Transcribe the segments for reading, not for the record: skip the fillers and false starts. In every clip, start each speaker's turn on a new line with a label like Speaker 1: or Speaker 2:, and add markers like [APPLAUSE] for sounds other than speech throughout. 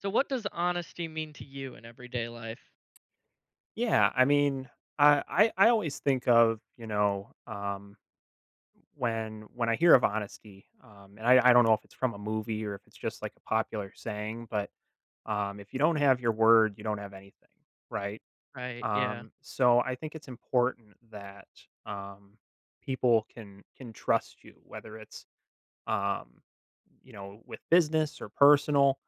Speaker 1: So what does honesty mean to you in everyday life?
Speaker 2: Yeah, I mean, I always think of, when I hear of honesty, and I don't know if it's from a movie or if it's just like a popular saying, but if you don't have your word, you don't have anything, right?
Speaker 1: Right, yeah,
Speaker 2: So I think it's important that, um, people can trust you, whether it's, um, with business or personal,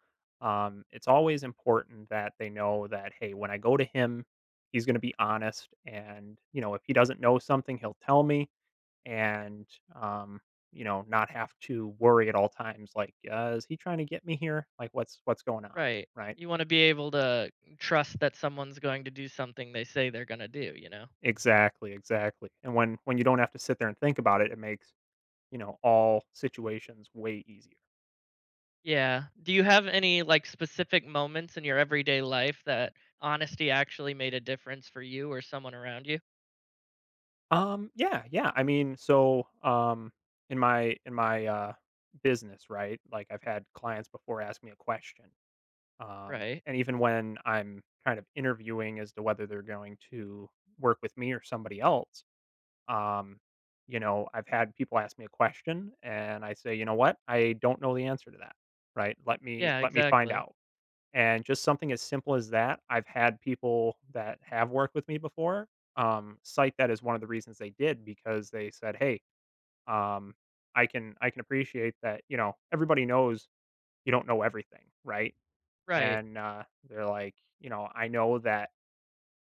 Speaker 2: it's always important that they know that, hey, when I go to him, he's going to be honest. And, if he doesn't know something, he'll tell me and, um, not have to worry at all times. Like, is he trying to get me here? Like, what's going on?
Speaker 1: right.
Speaker 2: Right.
Speaker 1: You wanna be able to trust that someone's going to do something they say they're gonna do, you know?
Speaker 2: Exactly. Exactly. And when you don't have to sit there and think about it, it makes, all situations way easier.
Speaker 1: Yeah. Do you have any, like, specific moments in your everyday life that honesty actually made a difference for you or someone around you?
Speaker 2: Yeah, yeah. I mean, so in my business, right, like, I've had clients before ask me a question,
Speaker 1: Right.
Speaker 2: and even when I'm kind of interviewing as to whether they're going to work with me or somebody else, um, I've had people ask me a question, and I say, "You know what? I don't know the answer to that," right? "Let me
Speaker 1: Yeah,
Speaker 2: let me find
Speaker 1: exactly.
Speaker 2: out." And just something as simple as that, I've had people that have worked with me before, cite that as one of the reasons they did because they said, "Hey, um, I can appreciate that, you know, everybody knows you don't know everything, right?"
Speaker 1: Right.
Speaker 2: And, they're like, "You know, I know that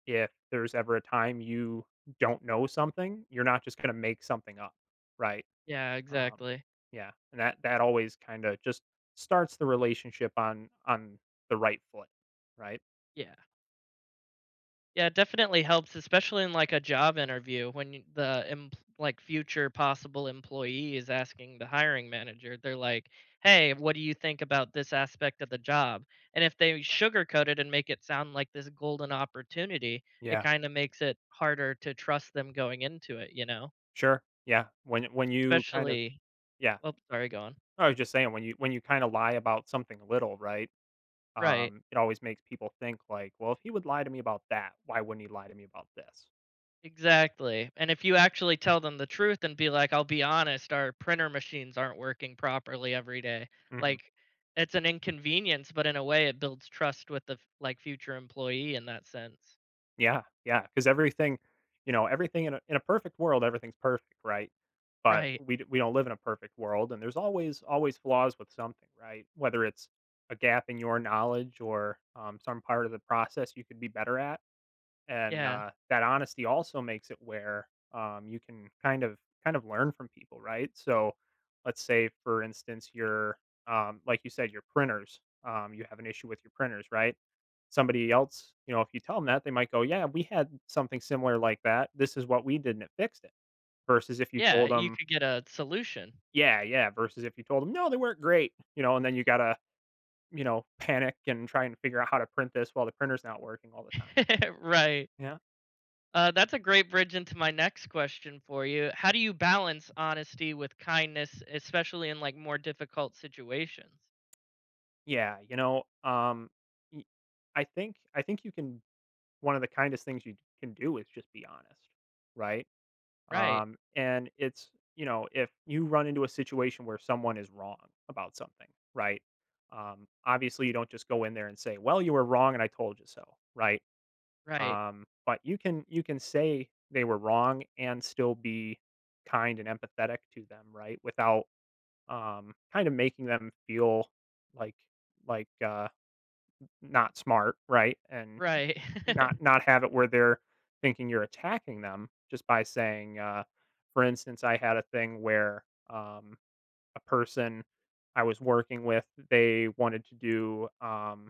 Speaker 2: if there's ever a time you don't know something, you're not just gonna make something up, right?"
Speaker 1: Yeah,
Speaker 2: Um,
Speaker 1: exactly.
Speaker 2: yeah, and that always kinda just starts the relationship on the right foot, right?
Speaker 1: Yeah. Yeah, it definitely helps, especially in like a job interview when like future possible employee is asking the hiring manager. They're like, "Hey, what do you think about this aspect of the job?" And if they sugarcoat it and make it sound like this golden opportunity, it
Speaker 2: Yeah.
Speaker 1: kind of makes it harder to trust them going into it, you know?
Speaker 2: Sure. Yeah. When you kind of
Speaker 1: Especially,
Speaker 2: yeah.
Speaker 1: well, sorry, go on.
Speaker 2: I was just saying when you kind of lie about something little, right?
Speaker 1: Right.
Speaker 2: It always makes people think like, well, if he would lie to me about that, why wouldn't he lie to me about this?
Speaker 1: Exactly. And if you actually tell them the truth and be like, I'll be honest, our printer machines aren't working properly every day.
Speaker 2: Hmm.
Speaker 1: Like it's an inconvenience, but in a way it builds trust with the like future employee in that sense.
Speaker 2: Yeah, yeah. Because everything, everything in a perfect world, everything's perfect, right? But
Speaker 1: Right.
Speaker 2: we don't live in a perfect world, and there's always flaws with something, right? Whether it's a gap in your knowledge or some part of the process you could be better at, and,
Speaker 1: Yeah.
Speaker 2: that honesty also makes it where, you can kind of learn from people, right? So, let's say, for instance, your, like you said, your printers, you have an issue with your printers, right? Somebody else, if you tell them that, they might go, "Yeah, we had something similar like that. This is what we did, and it fixed it." Versus if you
Speaker 1: Yeah.
Speaker 2: told
Speaker 1: You
Speaker 2: them,
Speaker 1: could get a solution.
Speaker 2: "Yeah, yeah," versus if you told them, "No, they weren't great," you know, and then you gotta, panic and try and figure out how to print this while the printer's not working all the time.
Speaker 1: [LAUGHS] Right.
Speaker 2: Yeah.
Speaker 1: That's a great bridge into my next question for you. How do you balance honesty with kindness, especially in like more difficult situations?
Speaker 2: Yeah, y- I think you can. One of the kindest things you can do is just be honest, right?
Speaker 1: Right.
Speaker 2: And it's you know, if you run into a situation where someone is wrong about something, right? Obviously, you don't just go in there and say, "Well, you were wrong, and I told you so," right?
Speaker 1: Right.
Speaker 2: But you can say they were wrong and still be kind and empathetic to them, right? Without kind of making them feel like like uh, not smart, right? And
Speaker 1: Right.
Speaker 2: not have it where they're thinking you're attacking them just by saying, for instance, I had a thing where a person I was working with, they wanted to do,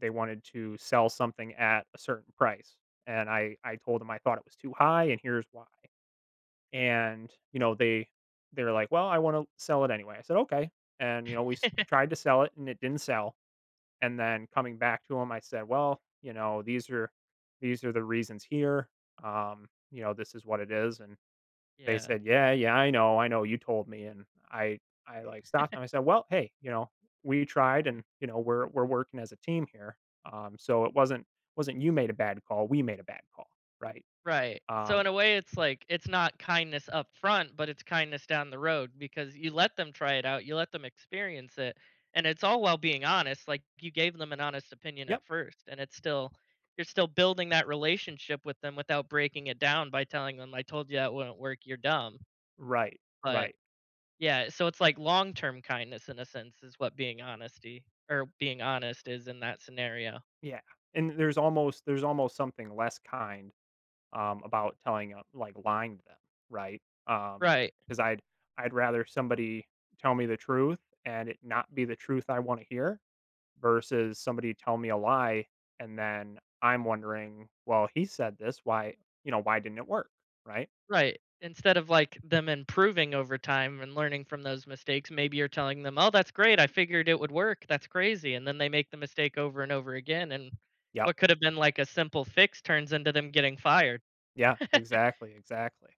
Speaker 2: they wanted to sell something at a certain price, and I told them I thought it was too high, and here's why. And you know they they're like, well, I want to sell it anyway. I said okay, and you know tried
Speaker 1: [LAUGHS]
Speaker 2: to sell it, and it didn't sell and then coming back to him, I said, "Well, you know, these are the reasons here. You know, this is what it is." And they
Speaker 1: Yeah.
Speaker 2: said, "Yeah, yeah, I know, I know. You told me." And I like stopped them. I said, "Well, hey, you know, we tried, and you know, we're working as a team here. So it wasn't you made a bad call. We made a bad call, right?
Speaker 1: Right. So
Speaker 2: Um,
Speaker 1: in a way it's like it's not kindness up front, but it's kindness down the road because you let them try it out, you let them experience it, and it's all while being honest, like you gave them an honest opinion
Speaker 2: yep,
Speaker 1: at first and it's still you're still building that relationship with them without breaking it down by telling them I told you that wouldn't work, you're dumb.
Speaker 2: right,
Speaker 1: But
Speaker 2: right,
Speaker 1: yeah, so it's like long-term kindness in a sense is what being honesty or being honest is in that scenario.
Speaker 2: yeah." And there's almost something less kind about telling like lying to them, right? Um,
Speaker 1: Right.
Speaker 2: because I'd rather somebody tell me the truth and it not be the truth I want to hear versus somebody tell me a lie and then I'm wondering, well, he said this, why you know why didn't it work, right?
Speaker 1: Right. Instead of like them improving over time and learning from those mistakes, maybe you're telling them, "Oh, that's great. I figured it would work. That's crazy." And then they make the mistake over and over again and
Speaker 2: Yep.
Speaker 1: what could have been like a simple fix turns into them getting fired.
Speaker 2: Yeah. Exactly. Exactly.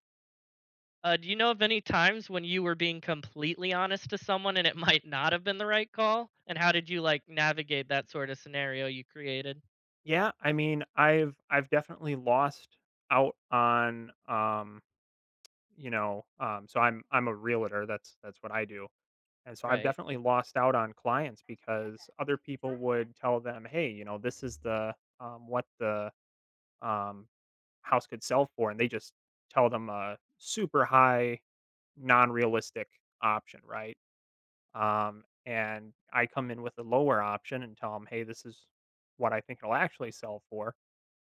Speaker 1: Do you know of any times when you were being completely honest to someone and it [LAUGHS] might not have been the right call? And how did you like navigate that sort of scenario you created?
Speaker 2: Yeah. I mean, I've definitely lost out on so I'm a realtor, that's what I do. And so I've
Speaker 1: Right.
Speaker 2: definitely lost out on clients because other people would tell them, "Hey, you know, this is the what the um, house could sell for," and they just tell them a super high, non-realistic option, right? And I come in with a lower option and tell them, "Hey, this is what I think it'll actually sell for,"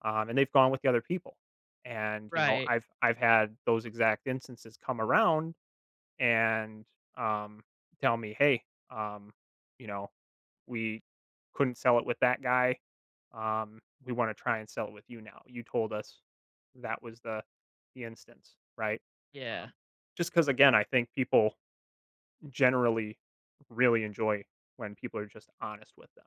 Speaker 2: and they've gone with the other people. And you know,
Speaker 1: Right.
Speaker 2: I've had those exact instances come around and, um, tell me, "Hey, you know, we couldn't sell it with that guy. We wanna try and sell it with you now. You told us that was the instance, right?"
Speaker 1: Yeah.
Speaker 2: Um, Just because, again, I think people generally really enjoy when people are just honest with them.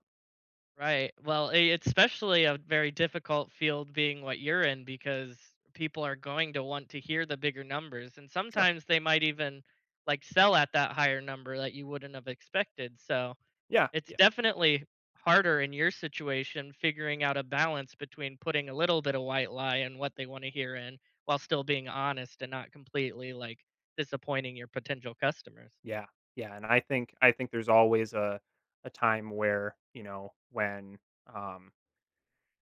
Speaker 1: Right. Well, I it's especially a very difficult field being what you're in because people are going to want to hear the bigger numbers and
Speaker 2: Sure.
Speaker 1: sometimes they might even like sell at that higher number that you wouldn't have expected. So,
Speaker 2: Yeah,
Speaker 1: it's
Speaker 2: yeah,
Speaker 1: definitely harder in your situation figuring out a balance between putting a little bit of white lie and what they want to hear in while still being honest and not completely like disappointing your potential customers.
Speaker 2: yeah, yeah, and I think there's always a time where, um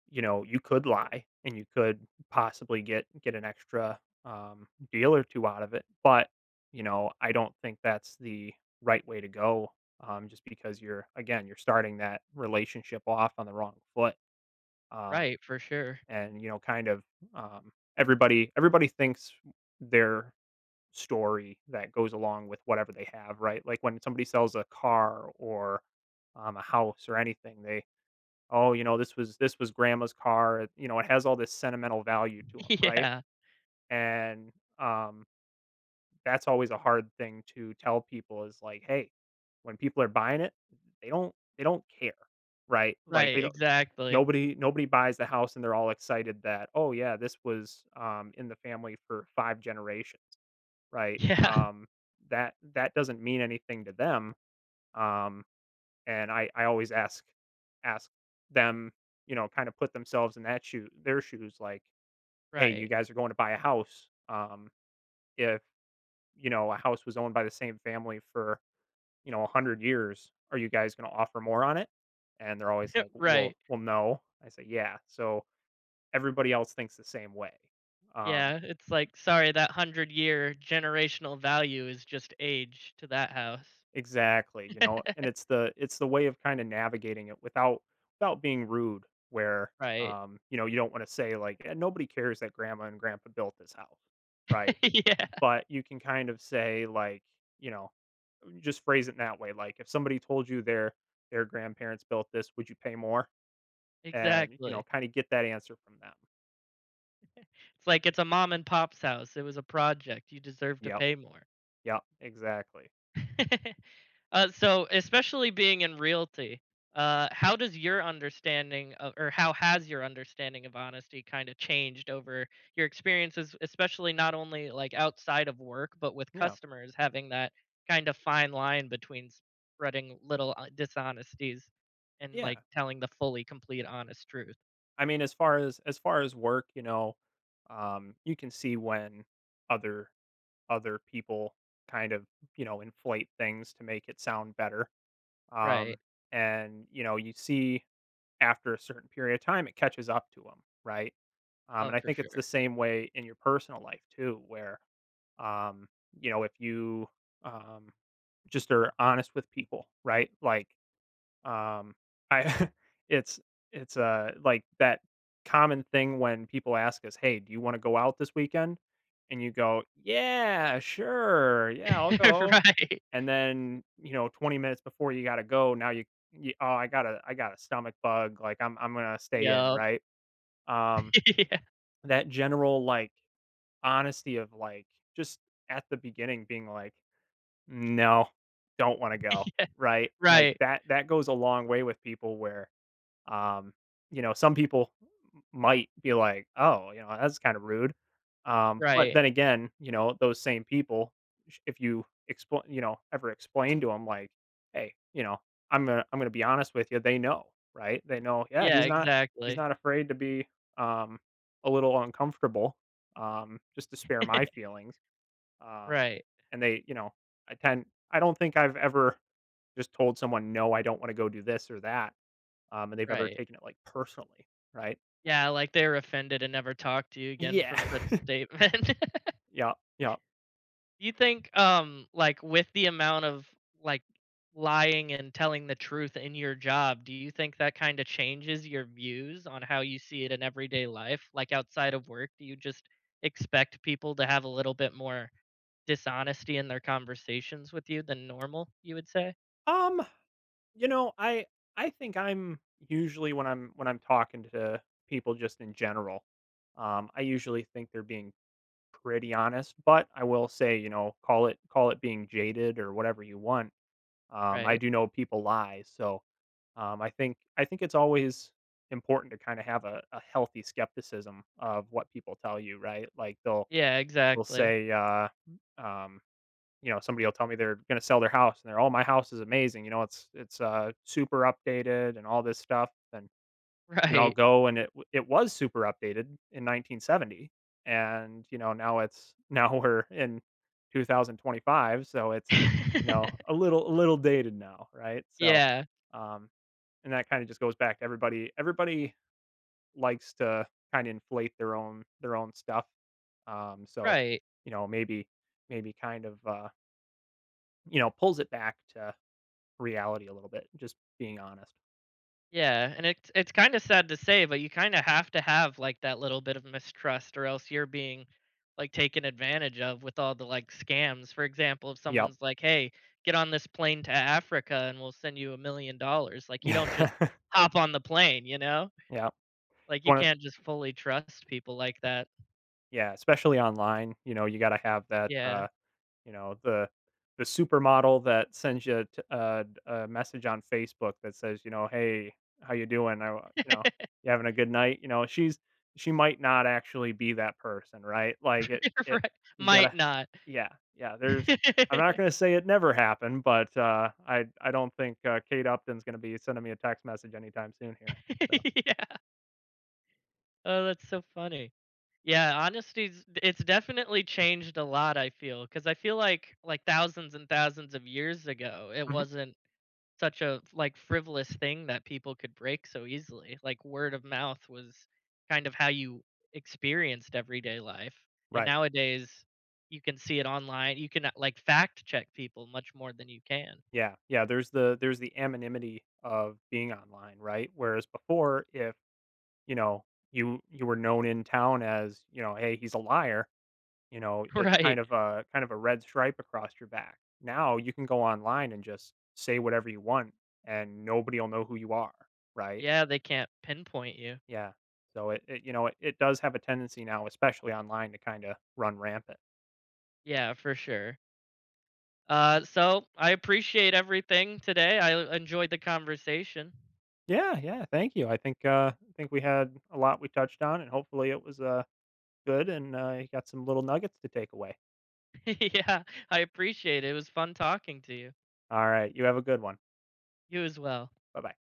Speaker 2: you could lie and you could possibly get an extra deal or two out of it. But you know, I don't think that's the right way to go. Just because you're again, you're starting that relationship off on the wrong foot, um,
Speaker 1: Right, for sure.
Speaker 2: and you know, um, everybody thinks their story that goes along with whatever they have, right? Like when somebody sells a car or a house or anything, they "Oh, you know, this was grandma's car," it- you know, it has all this sentimental value to
Speaker 1: [LAUGHS]
Speaker 2: them, right?
Speaker 1: Yeah.
Speaker 2: And, that's always a hard thing to tell people is like, "Hey, when people are buying it, they don't care," right? Like, they
Speaker 1: Right,
Speaker 2: don't
Speaker 1: exactly.
Speaker 2: nobody buys the house and they're all excited that, "Oh, yeah, this was, in the family for 5 generations," right?
Speaker 1: Yeah,
Speaker 2: That doesn't mean anything to them, um and I always ask them, you know, kind of put themselves in that shoe their shoes, like,
Speaker 1: [LAUGHS]
Speaker 2: "Hey, you
Speaker 1: Right.
Speaker 2: guys are going to buy a house. If, you know, a house was owned by the same family for, you know, 100 years, are you guys gonna offer more on it?" And they're always like, "Well
Speaker 1: Right.
Speaker 2: well, no." I say, "Yeah." So everybody else thinks the same way. Um
Speaker 1: Yeah, it's like, sorry, that 100-year generational value is just age to that house.
Speaker 2: Exactly, you know, and
Speaker 1: [LAUGHS]
Speaker 2: it's the way of kinda navigating it without without being rude where,
Speaker 1: Right.
Speaker 2: you know, you don't wanna say like, "Eh, nobody cares that grandma and grandpa built this house," right?
Speaker 1: [LAUGHS] Yeah,
Speaker 2: But you can kind of say like, you know, just phrase it in that way, like, if somebody told you their grandparents built this, would you pay more? And, you know,
Speaker 1: exactly.
Speaker 2: kinda get that answer from them.
Speaker 1: It's like, it's a mom and pop's house, it was a project, you deserve to
Speaker 2: Yep,
Speaker 1: pay more.
Speaker 2: yep, exactly.
Speaker 1: [LAUGHS] So, especially being in realty, how does your understanding of, or how has your understanding of honesty kind of changed over your experiences, especially not only like outside of work, but with
Speaker 2: Yeah,
Speaker 1: customers having that kind of fine line between spreading little dishonesties and
Speaker 2: yeah.
Speaker 1: like telling the fully complete honest truth?
Speaker 2: I mean, as far as work, you know, you can see when other other people kind of, inflate things to make it sound better.
Speaker 1: Right.
Speaker 2: Um, and, you know, you see after a certain period of time, it catches up to them, right?
Speaker 1: Oh,
Speaker 2: And I
Speaker 1: for
Speaker 2: think it's the
Speaker 1: sure.
Speaker 2: same way in your personal life too, where, um, you know, if you um, just are honest with people, right? Like, um, I [LAUGHS] it's it's, like that common thing when people ask us, "Hey, do you wanna go out this weekend?" And you go, "Yeah, sure. Yeah, I'll
Speaker 1: [LAUGHS]
Speaker 2: go."
Speaker 1: Right.
Speaker 2: And then, you know, 20 minutes before you gotta go, now you, "Oh, I got a stomach bug, like, I'm gonna stay in,"
Speaker 1: Yup.
Speaker 2: right? Um,
Speaker 1: [LAUGHS] Yeah.
Speaker 2: that general, like, honesty of, like, just at the beginning being like, "No, don't wanna go," right? Like,
Speaker 1: Right.
Speaker 2: that goes a long way with people where um, some people might be like, "Oh, you know, that's kinda rude." But
Speaker 1: Right.
Speaker 2: then again, you know, those same people, sh if you explain, you know, ever explain to them like, "Hey, you know, I'm gonna be honest with you," they know, right? They know, "Yeah,
Speaker 1: Yeah,
Speaker 2: he's not
Speaker 1: exactly.
Speaker 2: afraid to be, um, a little uncomfortable, just to spare my feelings." Uh,
Speaker 1: Right.
Speaker 2: and they you know, I tend I don't think I've ever just told someone, "No, I don't wanna go do this or that." Um, and they've ever
Speaker 1: Right.
Speaker 2: taken it like personally, right?
Speaker 1: Yeah, like they were offended and never talked to you again
Speaker 2: Yeah.
Speaker 1: from such a
Speaker 2: [LAUGHS]
Speaker 1: statement.
Speaker 2: Yeah, yeah.
Speaker 1: [LAUGHS] Do you think, like with the amount of like lying and telling the truth in your job, do you think that kind of changes your views on how you see it in everyday life? Like outside of work, do you just expect people to have a little bit more dishonesty in their conversations with you than normal, you would say?
Speaker 2: Um, you know, I I think I'm usually when I'm talking to people just in general, I usually think they're being pretty honest, but I will say, you know, call it being jaded or whatever you want. I
Speaker 1: Right.
Speaker 2: do know people lie, so I think it's always important to kind of have a healthy skepticism of what people tell you, right? Like
Speaker 1: Yeah,
Speaker 2: they'll
Speaker 1: exactly.
Speaker 2: say um, you know, somebody will tell me they're going to sell their house and they're, "Oh, my house is amazing. You know, it's super updated and all this stuff." And then I'll
Speaker 1: Right.
Speaker 2: go and it was super updated in 1970 and, you know, now it's [LAUGHS] now we're in 2025, so it's you know, a
Speaker 1: [LAUGHS]
Speaker 2: little dated now, right? So
Speaker 1: Yeah,
Speaker 2: um and that kind of just goes back to everybody likes to kind of inflate their own stuff. So,
Speaker 1: right.
Speaker 2: you know, maybe kind of you know, pulls it back to reality a little bit, just being honest.
Speaker 1: Yeah, and it's kind of sad to say, but you kind of have to have like that little bit of mistrust, or else you're being like taken advantage of with all the like scams. For example, if
Speaker 2: Yep.
Speaker 1: someone's like, "Hey, get on this plane to Africa, and we'll send you $1 million," like you don't just
Speaker 2: [LAUGHS]
Speaker 1: hop on the plane, you know?
Speaker 2: Yeah.
Speaker 1: Like you
Speaker 2: One of
Speaker 1: can't just fully trust people like that.
Speaker 2: yeah, especially online, you know, you gotta have that,
Speaker 1: Yeah,
Speaker 2: you know, the supermodel that sends you t a message on Facebook that says, you know, "Hey, how you doing? I w you know,
Speaker 1: [LAUGHS]
Speaker 2: you having a good night?" You know, she might not actually be that person, right? Like,
Speaker 1: You're
Speaker 2: it
Speaker 1: right.
Speaker 2: he's gotta
Speaker 1: Might not.
Speaker 2: yeah, yeah,
Speaker 1: [LAUGHS]
Speaker 2: there's I'm not gonna say it never happened, but, I don't think, Kate Upton's gonna be sending me a text message anytime soon here, so.
Speaker 1: Yeah. Oh, that's so funny. Yeah, honesty's it's definitely changed a lot, I feel, 'cause I feel like thousands and thousands of years ago, it
Speaker 2: Mhm.
Speaker 1: wasn't such a like frivolous thing that people could break so easily. Like word of mouth was kind of how you experienced everyday life. And
Speaker 2: Right.
Speaker 1: nowadays you can see it online. You can like fact check people much more than you can.
Speaker 2: Yeah, there's there's the anonymity of being online, right? Whereas before, if you know, you were known in town as, you know, "Hey, he's a liar." You know,
Speaker 1: [LAUGHS]
Speaker 2: it's
Speaker 1: Right.
Speaker 2: kind of a red stripe across your back. Now you can go online and just say whatever you want and nobody will know who you are, right?
Speaker 1: Yeah, they can't pinpoint you.
Speaker 2: Yeah. So it you know, it does have a tendency now, especially online, to kind of run rampant.
Speaker 1: Yeah, for sure. So I appreciate everything today. I enjoyed the conversation.
Speaker 2: Yeah, yeah. Thank you. I think we had a lot we touched on and hopefully it was good and you got some little nuggets to take away.
Speaker 1: [LAUGHS] Yeah, I appreciate it. It was fun talking to you.
Speaker 2: All right. You have a good one.
Speaker 1: You as well.
Speaker 2: Bye bye.